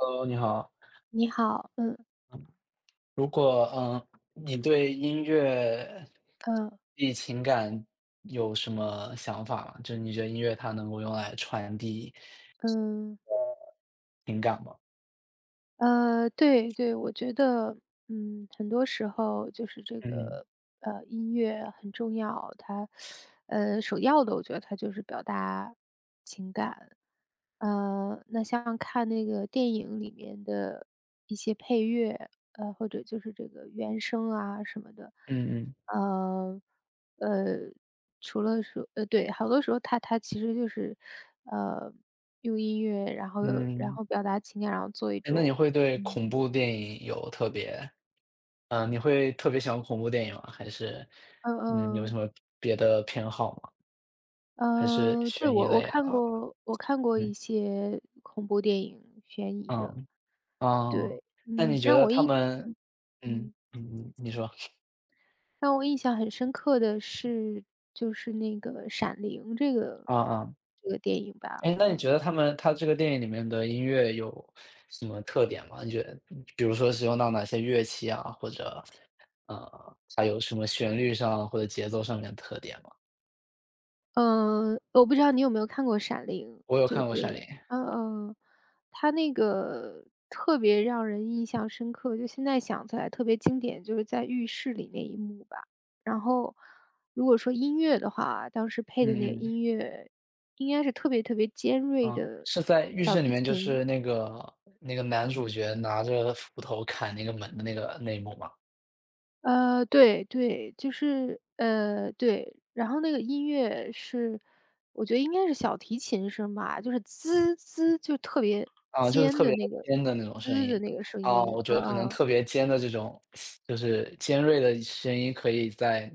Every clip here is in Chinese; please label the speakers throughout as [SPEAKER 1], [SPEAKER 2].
[SPEAKER 1] h 你好。
[SPEAKER 2] 你好，嗯，
[SPEAKER 1] 如果你对音乐
[SPEAKER 2] 嗯
[SPEAKER 1] 及情感有什么想法吗？就是你觉得音乐它能够用来传递
[SPEAKER 2] 嗯，
[SPEAKER 1] 情感吗？
[SPEAKER 2] 对对，我觉得，很多时候就是这
[SPEAKER 1] 嗯
[SPEAKER 2] 个，音乐很重要，它，首要的，我觉得它就是表达情感。那像看那个电影里面的一些配乐，或者就是这个原声啊什么的，
[SPEAKER 1] 嗯嗯
[SPEAKER 2] 呃，呃，除了说对，好多时候他其实就是，呃，用音乐，然后然
[SPEAKER 1] 嗯。
[SPEAKER 2] 后表达情感，然后做一
[SPEAKER 1] 哎，那你
[SPEAKER 2] 种
[SPEAKER 1] 会对
[SPEAKER 2] 嗯。
[SPEAKER 1] 恐怖电影有特别你会特别喜欢恐怖电影吗？还是
[SPEAKER 2] 嗯
[SPEAKER 1] 有什
[SPEAKER 2] 嗯，
[SPEAKER 1] 么别的偏好吗？还是
[SPEAKER 2] 对，
[SPEAKER 1] 悬疑
[SPEAKER 2] 我我
[SPEAKER 1] 类
[SPEAKER 2] 看
[SPEAKER 1] 啊？
[SPEAKER 2] 过我看过一
[SPEAKER 1] 嗯
[SPEAKER 2] 些恐怖电影，悬疑的。
[SPEAKER 1] 嗯嗯。
[SPEAKER 2] 对，
[SPEAKER 1] 那你觉得
[SPEAKER 2] 嗯。
[SPEAKER 1] 嗯
[SPEAKER 2] 嗯，
[SPEAKER 1] 嗯嗯，你说
[SPEAKER 2] 让我印象很深刻的是，就是那个《闪灵》这个
[SPEAKER 1] 啊啊。
[SPEAKER 2] 这个电影吧
[SPEAKER 1] 哎，那你觉得他这个电影里面的音乐有什么特点吗？你觉得比如说使用到哪些乐器啊，或者，它有什么旋律上或者节奏上面的特点吗？
[SPEAKER 2] 嗯，我不知道你有没有看过《闪灵》
[SPEAKER 1] 我有
[SPEAKER 2] 这
[SPEAKER 1] 看
[SPEAKER 2] 个
[SPEAKER 1] 过
[SPEAKER 2] 电
[SPEAKER 1] 《闪灵》，
[SPEAKER 2] 影？嗯嗯，它那个特别让人印象深刻，就现在想起来特别经典，就是在浴室里那一幕吧。然后如果说音乐的话，当时配的那个
[SPEAKER 1] 嗯嗯，
[SPEAKER 2] 音乐应该是特别特别尖锐
[SPEAKER 1] 啊，
[SPEAKER 2] 的
[SPEAKER 1] 是在浴
[SPEAKER 2] 小
[SPEAKER 1] 室里
[SPEAKER 2] 提
[SPEAKER 1] 面，就
[SPEAKER 2] 琴。
[SPEAKER 1] 是那个男主角拿着斧头砍那个门的那个那一幕吗？
[SPEAKER 2] 对对，就是对，然后那个音乐是我觉得应该是小提琴声吧，就是"滋滋"就特别
[SPEAKER 1] 啊，就是
[SPEAKER 2] 尖
[SPEAKER 1] 特
[SPEAKER 2] 的
[SPEAKER 1] 别
[SPEAKER 2] 那个
[SPEAKER 1] 尖的那种声
[SPEAKER 2] “滋"的
[SPEAKER 1] 音。
[SPEAKER 2] 那个声
[SPEAKER 1] 啊，
[SPEAKER 2] 音，
[SPEAKER 1] 我觉得可能
[SPEAKER 2] 嗯
[SPEAKER 1] 特别尖的这种，就是尖锐的声音可以在，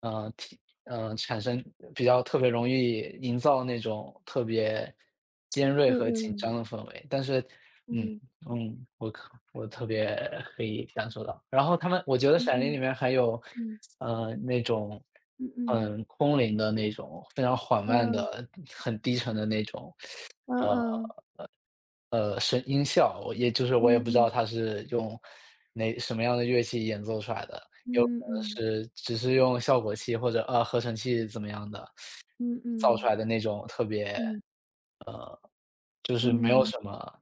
[SPEAKER 1] 嗯，体产生特别容易营造那种特别尖锐和紧
[SPEAKER 2] 嗯，
[SPEAKER 1] 张的氛围。但是，嗯
[SPEAKER 2] 嗯
[SPEAKER 1] 我特别可以感受到。然后我觉得
[SPEAKER 2] 嗯，
[SPEAKER 1] 《闪灵》里
[SPEAKER 2] 嗯
[SPEAKER 1] 面还有，
[SPEAKER 2] 嗯，
[SPEAKER 1] 那种
[SPEAKER 2] 嗯嗯，
[SPEAKER 1] 很空灵的那种，非常缓慢
[SPEAKER 2] 嗯，
[SPEAKER 1] 的、很低沉的那种，呃
[SPEAKER 2] 嗯
[SPEAKER 1] 声音效，我也不知道
[SPEAKER 2] 嗯，
[SPEAKER 1] 它是用什么样的乐器演奏出来的，有可
[SPEAKER 2] 嗯
[SPEAKER 1] 能
[SPEAKER 2] 嗯，
[SPEAKER 1] 是只是用效果器或者，合成器怎么样的，
[SPEAKER 2] 嗯嗯，
[SPEAKER 1] 造出
[SPEAKER 2] 嗯
[SPEAKER 1] 来的那种特别，呃，就是没有
[SPEAKER 2] 嗯，
[SPEAKER 1] 什么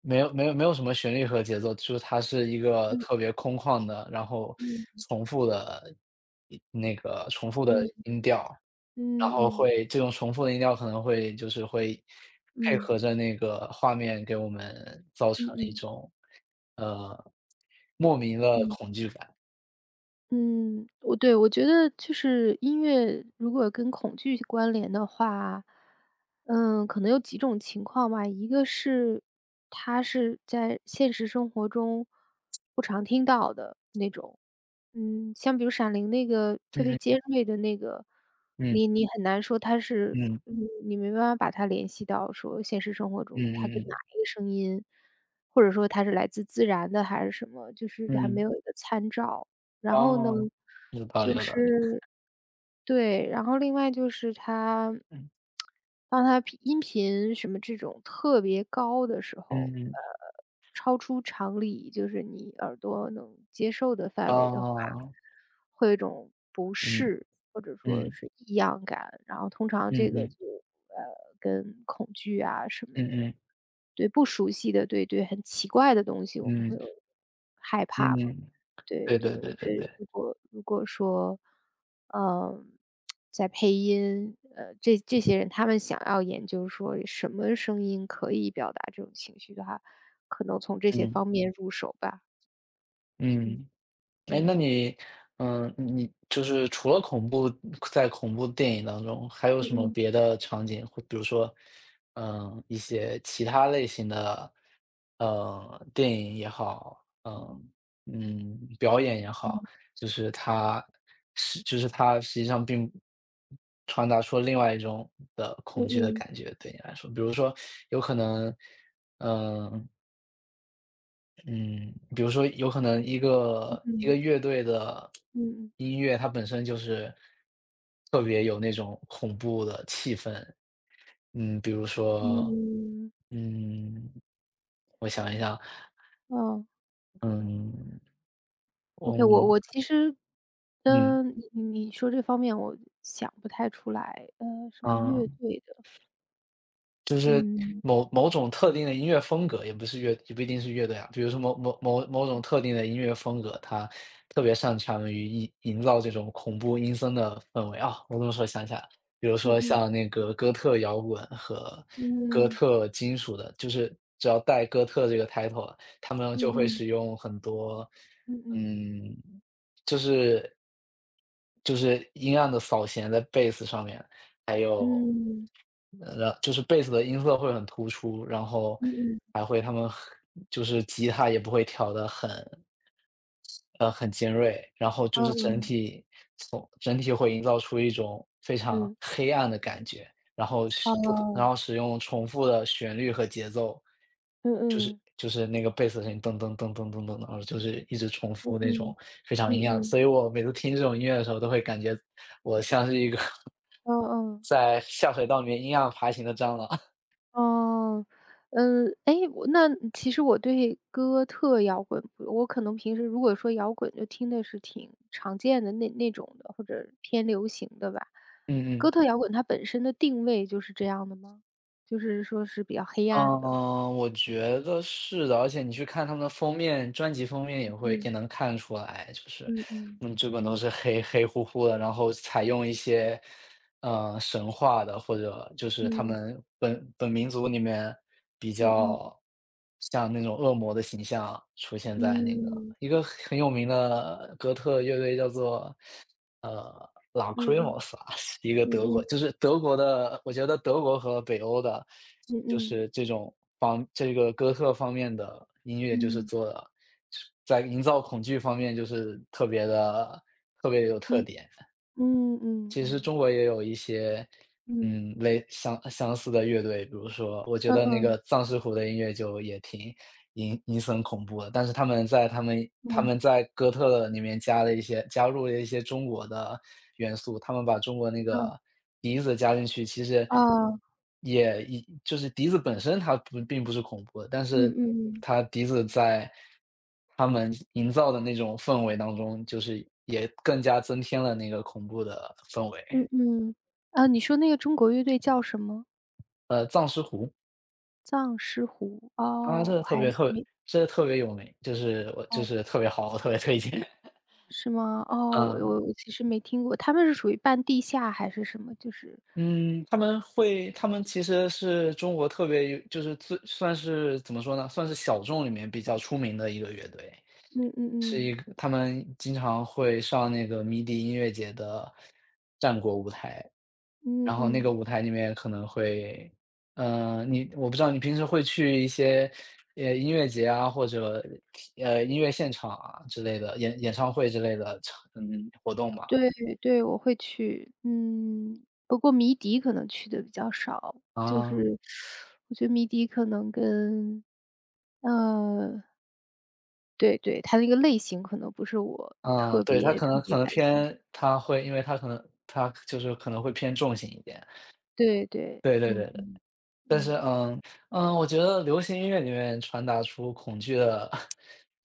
[SPEAKER 1] 没有没有没有什么旋律和节奏，就是它是一个特别空旷的，然后
[SPEAKER 2] 嗯，嗯，
[SPEAKER 1] 重复的重复的音调。
[SPEAKER 2] 嗯
[SPEAKER 1] 然
[SPEAKER 2] 嗯，
[SPEAKER 1] 后
[SPEAKER 2] 嗯嗯，
[SPEAKER 1] 这种重复的音调可能会就是会
[SPEAKER 2] 嗯
[SPEAKER 1] 配
[SPEAKER 2] 嗯，
[SPEAKER 1] 合着那个画面给我们造成
[SPEAKER 2] 嗯嗯，嗯
[SPEAKER 1] 一
[SPEAKER 2] 嗯。
[SPEAKER 1] 种，呃，莫名的恐惧感。
[SPEAKER 2] 嗯，我对，我觉得就是音乐如果跟恐惧关联的话，可能有几种情况吧。一个是它是在现实生活中不常听到的那种，像比如《闪灵》那个特别
[SPEAKER 1] 嗯
[SPEAKER 2] 尖锐的那个，
[SPEAKER 1] 嗯
[SPEAKER 2] 你很难说它是，
[SPEAKER 1] 嗯
[SPEAKER 2] 嗯，你没办法把它联系到说现实生活
[SPEAKER 1] 嗯
[SPEAKER 2] 中它跟哪
[SPEAKER 1] 嗯
[SPEAKER 2] 一个声音，或者说它是来自自然的还是什么，就是
[SPEAKER 1] 嗯嗯
[SPEAKER 2] 还没
[SPEAKER 1] 嗯，
[SPEAKER 2] 有一个参照。然后呢，
[SPEAKER 1] 哦，有道理
[SPEAKER 2] 就
[SPEAKER 1] 有道理。
[SPEAKER 2] 是对，然后另外就是它
[SPEAKER 1] 嗯
[SPEAKER 2] 当它频音频什么这种特别高的时候，
[SPEAKER 1] 嗯，
[SPEAKER 2] 超出常理，就是你耳朵能接受的范围的话，
[SPEAKER 1] 哦，
[SPEAKER 2] 会有一种不
[SPEAKER 1] 嗯
[SPEAKER 2] 适，或者说
[SPEAKER 1] 嗯
[SPEAKER 2] 是异样感，然后通常
[SPEAKER 1] 嗯
[SPEAKER 2] 这个
[SPEAKER 1] 嗯
[SPEAKER 2] 就，呃，跟恐惧啊什么的，
[SPEAKER 1] 嗯
[SPEAKER 2] 对不熟悉的，对对很奇怪的东西，我们会
[SPEAKER 1] 嗯
[SPEAKER 2] 有害怕
[SPEAKER 1] 嗯
[SPEAKER 2] 嘛。
[SPEAKER 1] 嗯，
[SPEAKER 2] 对
[SPEAKER 1] 对
[SPEAKER 2] 对，
[SPEAKER 1] 对
[SPEAKER 2] 我
[SPEAKER 1] 对对
[SPEAKER 2] 觉得
[SPEAKER 1] 对，
[SPEAKER 2] 如果说，嗯，在配音，这些人他们想要研究说什么声音可以表达这种情绪的话，可能从这些
[SPEAKER 1] 嗯
[SPEAKER 2] 方面入手吧。嗯
[SPEAKER 1] 嗯。哎，
[SPEAKER 2] 嗯。
[SPEAKER 1] 那你就是除了恐怖，在恐怖电影当中，还有什么
[SPEAKER 2] 嗯嗯
[SPEAKER 1] 别的场景，或比如说，一些其他类型的，电影也好，表演也好，就是它实际上并传达出另外一种的恐惧的
[SPEAKER 2] 嗯
[SPEAKER 1] 感觉，对你来说，比如说，有可能，嗯。嗯，比如说有可能一个乐队的
[SPEAKER 2] 嗯
[SPEAKER 1] 音乐，它本身就是特别有那种恐怖的气氛。嗯，比如
[SPEAKER 2] 嗯
[SPEAKER 1] 说，
[SPEAKER 2] 嗯，
[SPEAKER 1] 嗯，我想一下，
[SPEAKER 2] 哦
[SPEAKER 1] 嗯，我
[SPEAKER 2] ，OK，我我其实，
[SPEAKER 1] 嗯
[SPEAKER 2] 你说这方面我想不太出来，什么
[SPEAKER 1] 啊。
[SPEAKER 2] 乐队的，
[SPEAKER 1] 就是
[SPEAKER 2] 嗯
[SPEAKER 1] 某种特定的音乐风格，也不一定是乐队啊。比如说某种特定的音乐风格，它特别擅长于营造这种恐怖阴森的氛围。啊，我这么说想起来了，比如
[SPEAKER 2] 嗯
[SPEAKER 1] 说
[SPEAKER 2] 嗯
[SPEAKER 1] 像那个哥特摇滚和哥
[SPEAKER 2] 嗯嗯
[SPEAKER 1] 特金属的，就是只要带哥特这个 title 了他们就会
[SPEAKER 2] 嗯
[SPEAKER 1] 使用很多，
[SPEAKER 2] 嗯嗯。
[SPEAKER 1] 嗯，就是就是阴暗的扫弦在贝斯上面，还有，
[SPEAKER 2] 嗯
[SPEAKER 1] 就是贝斯的音色会很突出，然后
[SPEAKER 2] 嗯嗯嗯。
[SPEAKER 1] 还会他们很就是吉他也不会调得很尖锐，然后就是
[SPEAKER 2] 嗯
[SPEAKER 1] 从整体会营造出一种非常
[SPEAKER 2] 嗯嗯。
[SPEAKER 1] 黑暗的感觉，然后使不可然后使用重复的旋律和节奏，
[SPEAKER 2] 嗯
[SPEAKER 1] 就是
[SPEAKER 2] 嗯
[SPEAKER 1] 那个贝斯的声音噔噔噔噔噔噔噔，然后就是一直重
[SPEAKER 2] 嗯
[SPEAKER 1] 复
[SPEAKER 2] 嗯
[SPEAKER 1] 那
[SPEAKER 2] 嗯
[SPEAKER 1] 种非常一
[SPEAKER 2] 嗯嗯。嗯。
[SPEAKER 1] 样，
[SPEAKER 2] 嗯。嗯
[SPEAKER 1] 所以我每次听这种音乐的时候，都会感觉我像是一个
[SPEAKER 2] 嗯。嗯。
[SPEAKER 1] 在下水道里面阴阳爬行的蟑螂。
[SPEAKER 2] 嗯。诶，我那其实我对哥特摇滚不，我可能平时如果说摇滚就听的是挺常见的那种的，或者偏流行的吧。
[SPEAKER 1] 嗯嗯。
[SPEAKER 2] 哥特摇滚它本身的定位就是这样的吗？就是说是比较黑暗的？
[SPEAKER 1] 嗯，我觉得是的，而且你去看他们的封面，专辑封面
[SPEAKER 2] 嗯，
[SPEAKER 1] 也能看出来，就是，
[SPEAKER 2] 嗯嗯，
[SPEAKER 1] 基本都是黑黑乎乎的，然后采用一些神话的，或者就是他
[SPEAKER 2] 嗯，
[SPEAKER 1] 们本民族里面比
[SPEAKER 2] 嗯嗯，
[SPEAKER 1] 较像那种恶魔的形象出现在那个
[SPEAKER 2] 嗯，
[SPEAKER 1] 很有名的哥特乐队叫做呃 l a c h r i m
[SPEAKER 2] 嗯嗯，
[SPEAKER 1] o s 啊，一个德
[SPEAKER 2] 嗯
[SPEAKER 1] 国，
[SPEAKER 2] 嗯，
[SPEAKER 1] 就是德国的，我觉得德国和北欧的，
[SPEAKER 2] 嗯
[SPEAKER 1] 就
[SPEAKER 2] 嗯，
[SPEAKER 1] 是这种这个哥特方面的音乐，就是
[SPEAKER 2] 嗯。
[SPEAKER 1] 做的在营造恐惧方面就是特别的特别有特点。
[SPEAKER 2] 嗯嗯
[SPEAKER 1] 其实
[SPEAKER 2] 嗯。
[SPEAKER 1] 中国也有一些，
[SPEAKER 2] 嗯，
[SPEAKER 1] 相似的乐队，比如说，我觉
[SPEAKER 2] 嗯
[SPEAKER 1] 得那个
[SPEAKER 2] 嗯，
[SPEAKER 1] 藏式虎的音乐就也挺阴森恐怖的，但是他
[SPEAKER 2] 嗯，
[SPEAKER 1] 们在哥特的里面加入了一些中国的元素，他们把中国那
[SPEAKER 2] 嗯，
[SPEAKER 1] 个笛子加进去，其实
[SPEAKER 2] 哦，
[SPEAKER 1] 就是笛子本身它不并不是恐怖的，但
[SPEAKER 2] 嗯
[SPEAKER 1] 是
[SPEAKER 2] 嗯嗯，嗯嗯啊
[SPEAKER 1] 笛子在他们营造的那种氛围当中，就是也更加增添了那个恐怖的氛围。
[SPEAKER 2] 嗯嗯嗯嗯嗯啊，你说那个中国乐队叫什么？
[SPEAKER 1] 《藏尸湖》
[SPEAKER 2] 《藏狮湖？
[SPEAKER 1] 啊，这
[SPEAKER 2] 哦，
[SPEAKER 1] 个
[SPEAKER 2] 我
[SPEAKER 1] 特
[SPEAKER 2] 还
[SPEAKER 1] 别特别，
[SPEAKER 2] 没
[SPEAKER 1] 这个特别有名，就是就
[SPEAKER 2] 哦，
[SPEAKER 1] 是特别好，我特别推荐。
[SPEAKER 2] 是吗？哦，我
[SPEAKER 1] 嗯。
[SPEAKER 2] 我我其实没听过，他们是属于半地下还是什么？就是
[SPEAKER 1] 嗯，他们其实是中国特别有就是最算是怎么说呢，算是小众里面比较出名的一个乐队，
[SPEAKER 2] 嗯
[SPEAKER 1] 是
[SPEAKER 2] 嗯嗯，
[SPEAKER 1] 一个他们经常会上那个迷笛音乐节的战国舞台，
[SPEAKER 2] 嗯
[SPEAKER 1] 然后那个
[SPEAKER 2] 嗯，
[SPEAKER 1] 舞台里面可能会，我不知道你平时会去一些，音乐节啊，或者，音乐现场啊之类的，演唱会之类的活动吗？
[SPEAKER 2] 对对，我会去，不过迷笛可能去的比较少，就
[SPEAKER 1] 啊。
[SPEAKER 2] 是我觉得迷笛可能跟呃对对，它那个类型可能不是我
[SPEAKER 1] 嗯，
[SPEAKER 2] 特
[SPEAKER 1] 对，他
[SPEAKER 2] 别特别
[SPEAKER 1] 可能
[SPEAKER 2] 感兴趣
[SPEAKER 1] 偏他会因为他可能他就是可能会偏重型一点，
[SPEAKER 2] 对对，
[SPEAKER 1] 对对对
[SPEAKER 2] 嗯
[SPEAKER 1] 对。
[SPEAKER 2] 嗯，
[SPEAKER 1] 但是，
[SPEAKER 2] 嗯，
[SPEAKER 1] 我觉得流行音乐里面传达出恐惧的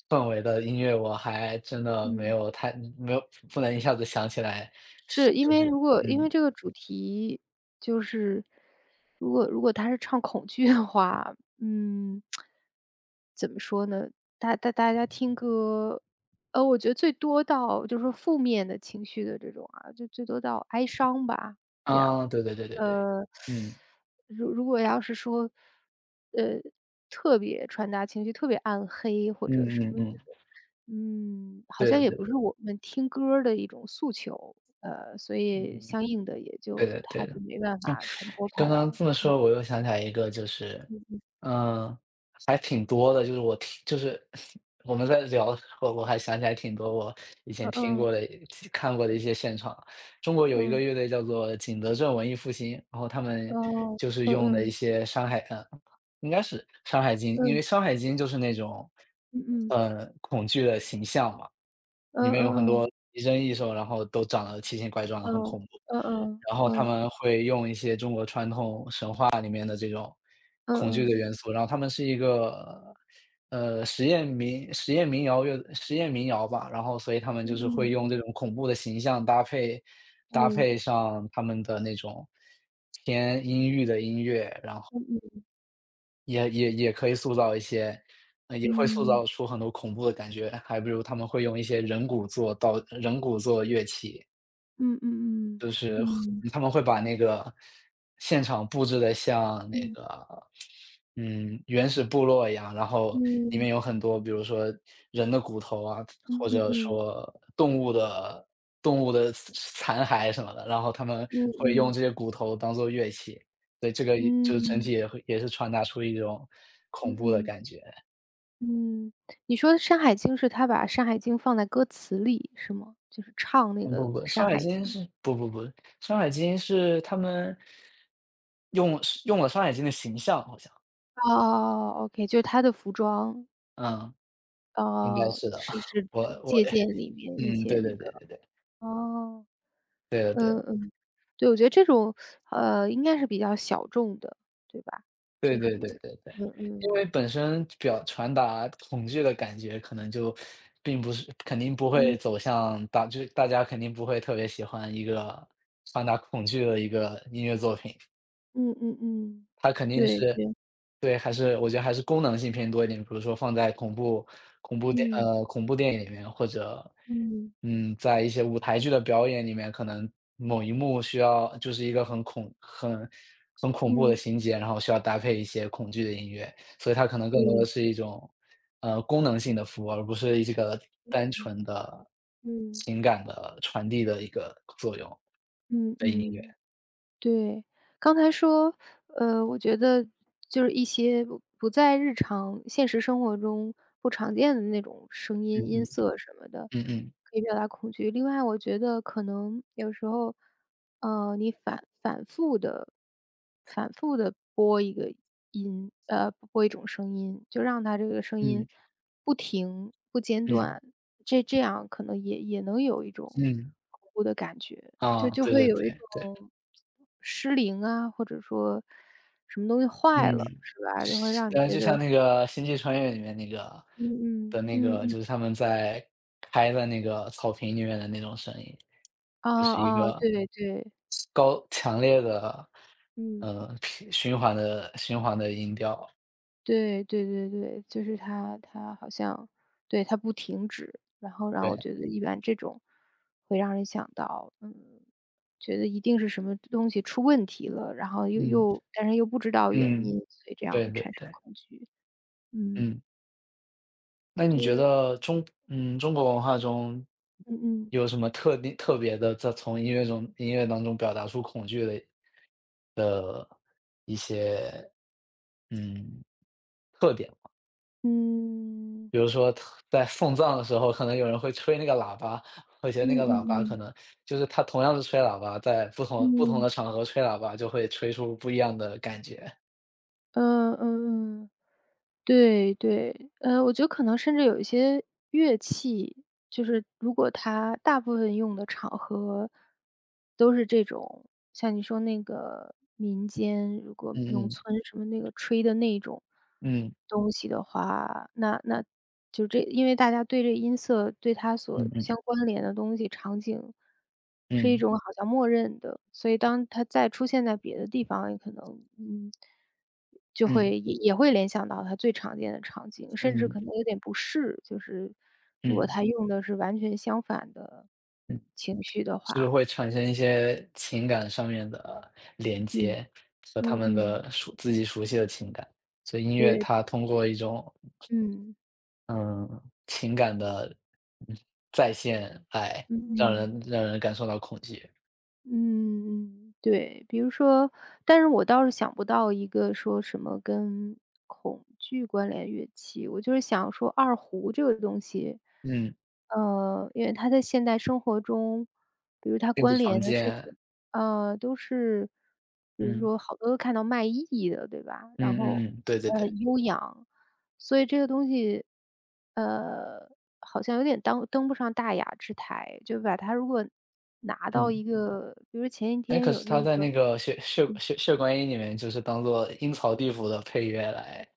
[SPEAKER 1] 氛围的音乐，我还真的
[SPEAKER 2] 嗯，
[SPEAKER 1] 没有不能一下子想起来，是
[SPEAKER 2] 是，因
[SPEAKER 1] 就
[SPEAKER 2] 为
[SPEAKER 1] 是
[SPEAKER 2] 如果因
[SPEAKER 1] 嗯，
[SPEAKER 2] 为这个主题就是如果他是唱恐惧的话，怎么说呢，大家听歌，我觉得最多到就是说负面的情绪的这种啊，就最多到哀伤吧，这样。
[SPEAKER 1] 啊，对对对对对，
[SPEAKER 2] 呃，
[SPEAKER 1] 嗯，
[SPEAKER 2] 如果要是说，呃，特别传达情绪特别暗黑或者
[SPEAKER 1] 嗯
[SPEAKER 2] 什
[SPEAKER 1] 嗯
[SPEAKER 2] 么这
[SPEAKER 1] 嗯，
[SPEAKER 2] 种，好
[SPEAKER 1] 对
[SPEAKER 2] 像
[SPEAKER 1] 的
[SPEAKER 2] 也
[SPEAKER 1] 对
[SPEAKER 2] 不
[SPEAKER 1] 的，
[SPEAKER 2] 是我们听歌儿的一种诉求，所以
[SPEAKER 1] 嗯，
[SPEAKER 2] 相应的也
[SPEAKER 1] 对
[SPEAKER 2] 就
[SPEAKER 1] 的
[SPEAKER 2] 它
[SPEAKER 1] 对
[SPEAKER 2] 就
[SPEAKER 1] 的。
[SPEAKER 2] 没办法传播开
[SPEAKER 1] 刚刚
[SPEAKER 2] 来。
[SPEAKER 1] 这么说，我又想起来一个，就是，嗯，还挺多的，就是就是 我们在聊的时候，我还想起来挺多我以前
[SPEAKER 2] 嗯
[SPEAKER 1] 听
[SPEAKER 2] 嗯
[SPEAKER 1] 过的、看过的一些现场。中国有一个
[SPEAKER 2] 嗯，
[SPEAKER 1] 乐队叫做景德镇文艺复兴，然后他们
[SPEAKER 2] 嗯
[SPEAKER 1] 就是用的一些《山海》，嗯，应该是《山海经》，因
[SPEAKER 2] 嗯
[SPEAKER 1] 为《山海经》就是那种，恐惧的形象嘛，里
[SPEAKER 2] 嗯
[SPEAKER 1] 面有很
[SPEAKER 2] 嗯嗯
[SPEAKER 1] 多奇珍异兽，然后都长得奇形怪状的，很
[SPEAKER 2] 嗯
[SPEAKER 1] 恐怖。
[SPEAKER 2] 嗯嗯
[SPEAKER 1] 然后他
[SPEAKER 2] 嗯
[SPEAKER 1] 们会用一些中国传统神话里面的这种
[SPEAKER 2] 嗯
[SPEAKER 1] 恐惧的
[SPEAKER 2] 嗯
[SPEAKER 1] 元素，然后他们是一个，实验民谣吧，然后所以他们就是会
[SPEAKER 2] 嗯
[SPEAKER 1] 用这种恐怖的形象搭
[SPEAKER 2] 嗯
[SPEAKER 1] 配上他们的那种偏阴郁的音乐，然后
[SPEAKER 2] 嗯嗯嗯嗯
[SPEAKER 1] 也可以塑造一些也会塑造出很多恐怖的感觉，还不如他们会用一些人骨做乐器。
[SPEAKER 2] 嗯嗯嗯
[SPEAKER 1] 就是
[SPEAKER 2] 嗯嗯嗯
[SPEAKER 1] 他们会把那个现场布置的像那
[SPEAKER 2] 嗯
[SPEAKER 1] 个，原始部落一样，然后里面
[SPEAKER 2] 嗯。
[SPEAKER 1] 有很多比如说人的骨头啊，或
[SPEAKER 2] 嗯
[SPEAKER 1] 者
[SPEAKER 2] 嗯
[SPEAKER 1] 说动物的动物的残骸什么的，然后他们
[SPEAKER 2] 嗯
[SPEAKER 1] 会用
[SPEAKER 2] 嗯
[SPEAKER 1] 这些骨头当做乐器。对，这个就是整
[SPEAKER 2] 嗯
[SPEAKER 1] 体也是传达出一种
[SPEAKER 2] 嗯
[SPEAKER 1] 恐怖的
[SPEAKER 2] 嗯
[SPEAKER 1] 感觉。
[SPEAKER 2] 嗯，你说《山海经》是他把《山海经》放在歌词里是吗？就是唱那
[SPEAKER 1] 嗯，
[SPEAKER 2] 个
[SPEAKER 1] 不不，
[SPEAKER 2] 《山
[SPEAKER 1] 山海
[SPEAKER 2] 海
[SPEAKER 1] 经
[SPEAKER 2] 经》。
[SPEAKER 1] 是不不不，山海经是他们用了山海经的形象好像。
[SPEAKER 2] 哦 o k 就是他的服装，
[SPEAKER 1] 嗯，应该
[SPEAKER 2] 哦，
[SPEAKER 1] 是的。
[SPEAKER 2] 是 是
[SPEAKER 1] 我
[SPEAKER 2] 是
[SPEAKER 1] 我
[SPEAKER 2] 借鉴里面一
[SPEAKER 1] 嗯，
[SPEAKER 2] 些
[SPEAKER 1] 对
[SPEAKER 2] 那
[SPEAKER 1] 对对
[SPEAKER 2] 个，
[SPEAKER 1] 对对，
[SPEAKER 2] 哦，
[SPEAKER 1] 对了对
[SPEAKER 2] 嗯
[SPEAKER 1] 了，
[SPEAKER 2] 嗯，对，我觉得这种，应该是比较小众的，对吧？
[SPEAKER 1] 对
[SPEAKER 2] 就
[SPEAKER 1] 对对
[SPEAKER 2] 是，
[SPEAKER 1] 对对。
[SPEAKER 2] 嗯
[SPEAKER 1] 因
[SPEAKER 2] 嗯
[SPEAKER 1] 为本身传达恐惧的感觉可能就并不是肯定不会
[SPEAKER 2] 嗯
[SPEAKER 1] 走向大就是大家肯定不会特别喜欢一个传达恐惧的一个音乐作品。
[SPEAKER 2] 嗯嗯嗯，
[SPEAKER 1] 它肯定
[SPEAKER 2] 对
[SPEAKER 1] 是
[SPEAKER 2] 对，
[SPEAKER 1] 对，还是我觉得还是功能性偏多一点，比如说放在
[SPEAKER 2] 嗯
[SPEAKER 1] 恐怖电影里面，或者，
[SPEAKER 2] 嗯
[SPEAKER 1] 在一些舞台剧的表演里面，可能某一幕需要就是一个很恐怖的
[SPEAKER 2] 嗯，
[SPEAKER 1] 情节，然后需要搭配一些恐惧的音乐，所以它可能更多
[SPEAKER 2] 对，
[SPEAKER 1] 的是一种，功能性的服务，而不是这个单纯的
[SPEAKER 2] 嗯。
[SPEAKER 1] 情感的传递的一个作用
[SPEAKER 2] 嗯
[SPEAKER 1] 的音乐。
[SPEAKER 2] 嗯，对，刚才说，我觉得就是一些不在日常现实生活中不常见的那种声
[SPEAKER 1] 嗯
[SPEAKER 2] 音、音
[SPEAKER 1] 嗯，
[SPEAKER 2] 色什么的，
[SPEAKER 1] 嗯嗯，
[SPEAKER 2] 可以表达恐惧。另外，我觉得可能有时候，你反复的播一个音，播一种声音，就让它这个声音
[SPEAKER 1] 嗯，
[SPEAKER 2] 不停、不间
[SPEAKER 1] 嗯，
[SPEAKER 2] 断，这样可能也能有一种
[SPEAKER 1] 嗯。
[SPEAKER 2] 恐怖的感觉，就
[SPEAKER 1] 啊，
[SPEAKER 2] 就
[SPEAKER 1] 对
[SPEAKER 2] 会
[SPEAKER 1] 对
[SPEAKER 2] 有一
[SPEAKER 1] 对对，
[SPEAKER 2] 种。失灵啊，或者说什么东西坏
[SPEAKER 1] 嗯，
[SPEAKER 2] 了，是吧？
[SPEAKER 1] 就
[SPEAKER 2] 就会
[SPEAKER 1] 是
[SPEAKER 2] 让你
[SPEAKER 1] 但
[SPEAKER 2] 觉
[SPEAKER 1] 就像
[SPEAKER 2] 得
[SPEAKER 1] 那个《星际穿越》里面那个
[SPEAKER 2] 嗯
[SPEAKER 1] 的
[SPEAKER 2] 嗯
[SPEAKER 1] 那
[SPEAKER 2] 嗯
[SPEAKER 1] 个，
[SPEAKER 2] 嗯，
[SPEAKER 1] 就是他们在在那个草坪里面的那种声音，
[SPEAKER 2] 哦
[SPEAKER 1] 就是一
[SPEAKER 2] 哦，
[SPEAKER 1] 个
[SPEAKER 2] 对对，
[SPEAKER 1] 高强烈的，
[SPEAKER 2] 嗯，
[SPEAKER 1] 平循环的循环的音调，
[SPEAKER 2] 对对对对，就是它好像对，它不停止，然后让我
[SPEAKER 1] 对，
[SPEAKER 2] 觉得一般这种会让人想到，觉得一定是什么东西出问题了，然后
[SPEAKER 1] 嗯
[SPEAKER 2] 但是又不知道原
[SPEAKER 1] 嗯，
[SPEAKER 2] 因，所以这样
[SPEAKER 1] 对
[SPEAKER 2] 会
[SPEAKER 1] 对
[SPEAKER 2] 产生
[SPEAKER 1] 对，
[SPEAKER 2] 恐惧。嗯，
[SPEAKER 1] 嗯，那你觉
[SPEAKER 2] 对，
[SPEAKER 1] 得中国文化中
[SPEAKER 2] 嗯嗯。
[SPEAKER 1] 有什么特定特别的，在从音乐中音乐当中表达出恐惧的一些嗯特点，
[SPEAKER 2] 嗯，
[SPEAKER 1] 比如说在送葬的时候，可能有人会吹那个喇叭，我觉得那
[SPEAKER 2] 嗯
[SPEAKER 1] 个喇叭
[SPEAKER 2] 嗯
[SPEAKER 1] 可
[SPEAKER 2] 嗯，
[SPEAKER 1] 能就是它同样是吹喇叭，在不同
[SPEAKER 2] 嗯。
[SPEAKER 1] 的场合吹喇叭就会吹出不一样的感觉。
[SPEAKER 2] 嗯嗯嗯，对对，我觉得可能甚至有一些乐器，就是如果它大部分用的场合都是这种，像你说那个民间，如果农
[SPEAKER 1] 嗯
[SPEAKER 2] 村什么那个吹的那种
[SPEAKER 1] 嗯
[SPEAKER 2] 东西的话，那就这，因为大家对这音色，对它所
[SPEAKER 1] 嗯嗯
[SPEAKER 2] 相关联的东西场景是一
[SPEAKER 1] 嗯
[SPEAKER 2] 种好像默认的，所以当它再出现在别的地方，也可能。就
[SPEAKER 1] 嗯
[SPEAKER 2] 会也会联想到他最常见的场景，甚至
[SPEAKER 1] 嗯
[SPEAKER 2] 可能有点不适，就是
[SPEAKER 1] 嗯
[SPEAKER 2] 如果
[SPEAKER 1] 嗯
[SPEAKER 2] 他用的是完全相反的
[SPEAKER 1] 嗯，
[SPEAKER 2] 情绪的
[SPEAKER 1] 就是
[SPEAKER 2] 话，
[SPEAKER 1] 会产生一些情感上面的连
[SPEAKER 2] 嗯
[SPEAKER 1] 接和他
[SPEAKER 2] 嗯
[SPEAKER 1] 们
[SPEAKER 2] 嗯，
[SPEAKER 1] 的自己熟悉的情感，所以音乐
[SPEAKER 2] 对，
[SPEAKER 1] 它通过一种
[SPEAKER 2] 嗯
[SPEAKER 1] 嗯，情感的嗯再现，哎，
[SPEAKER 2] 嗯嗯。
[SPEAKER 1] 让人感受到恐惧。
[SPEAKER 2] 嗯，对，比如说但是我倒是想不到一个说什么跟恐惧关联乐器，我就是想说二胡这个东西，
[SPEAKER 1] 嗯，
[SPEAKER 2] 因为它在现代生活中，比如它
[SPEAKER 1] 并不
[SPEAKER 2] 关
[SPEAKER 1] 常
[SPEAKER 2] 联的事
[SPEAKER 1] 见。
[SPEAKER 2] 情，都是比如
[SPEAKER 1] 嗯，
[SPEAKER 2] 说好多都看到卖艺的，对吧？然
[SPEAKER 1] 嗯嗯
[SPEAKER 2] 后，
[SPEAKER 1] 嗯，对对对，
[SPEAKER 2] 很悠扬，所以这个东西，呃，好像有点当登不上大雅之台，就把它如果拿到
[SPEAKER 1] 嗯。
[SPEAKER 2] 一个比如前一
[SPEAKER 1] 哎，
[SPEAKER 2] 天
[SPEAKER 1] 可
[SPEAKER 2] 有
[SPEAKER 1] 是
[SPEAKER 2] 那
[SPEAKER 1] 他在
[SPEAKER 2] 个
[SPEAKER 1] 那个血观音里面就是当做阴曹地府的配乐来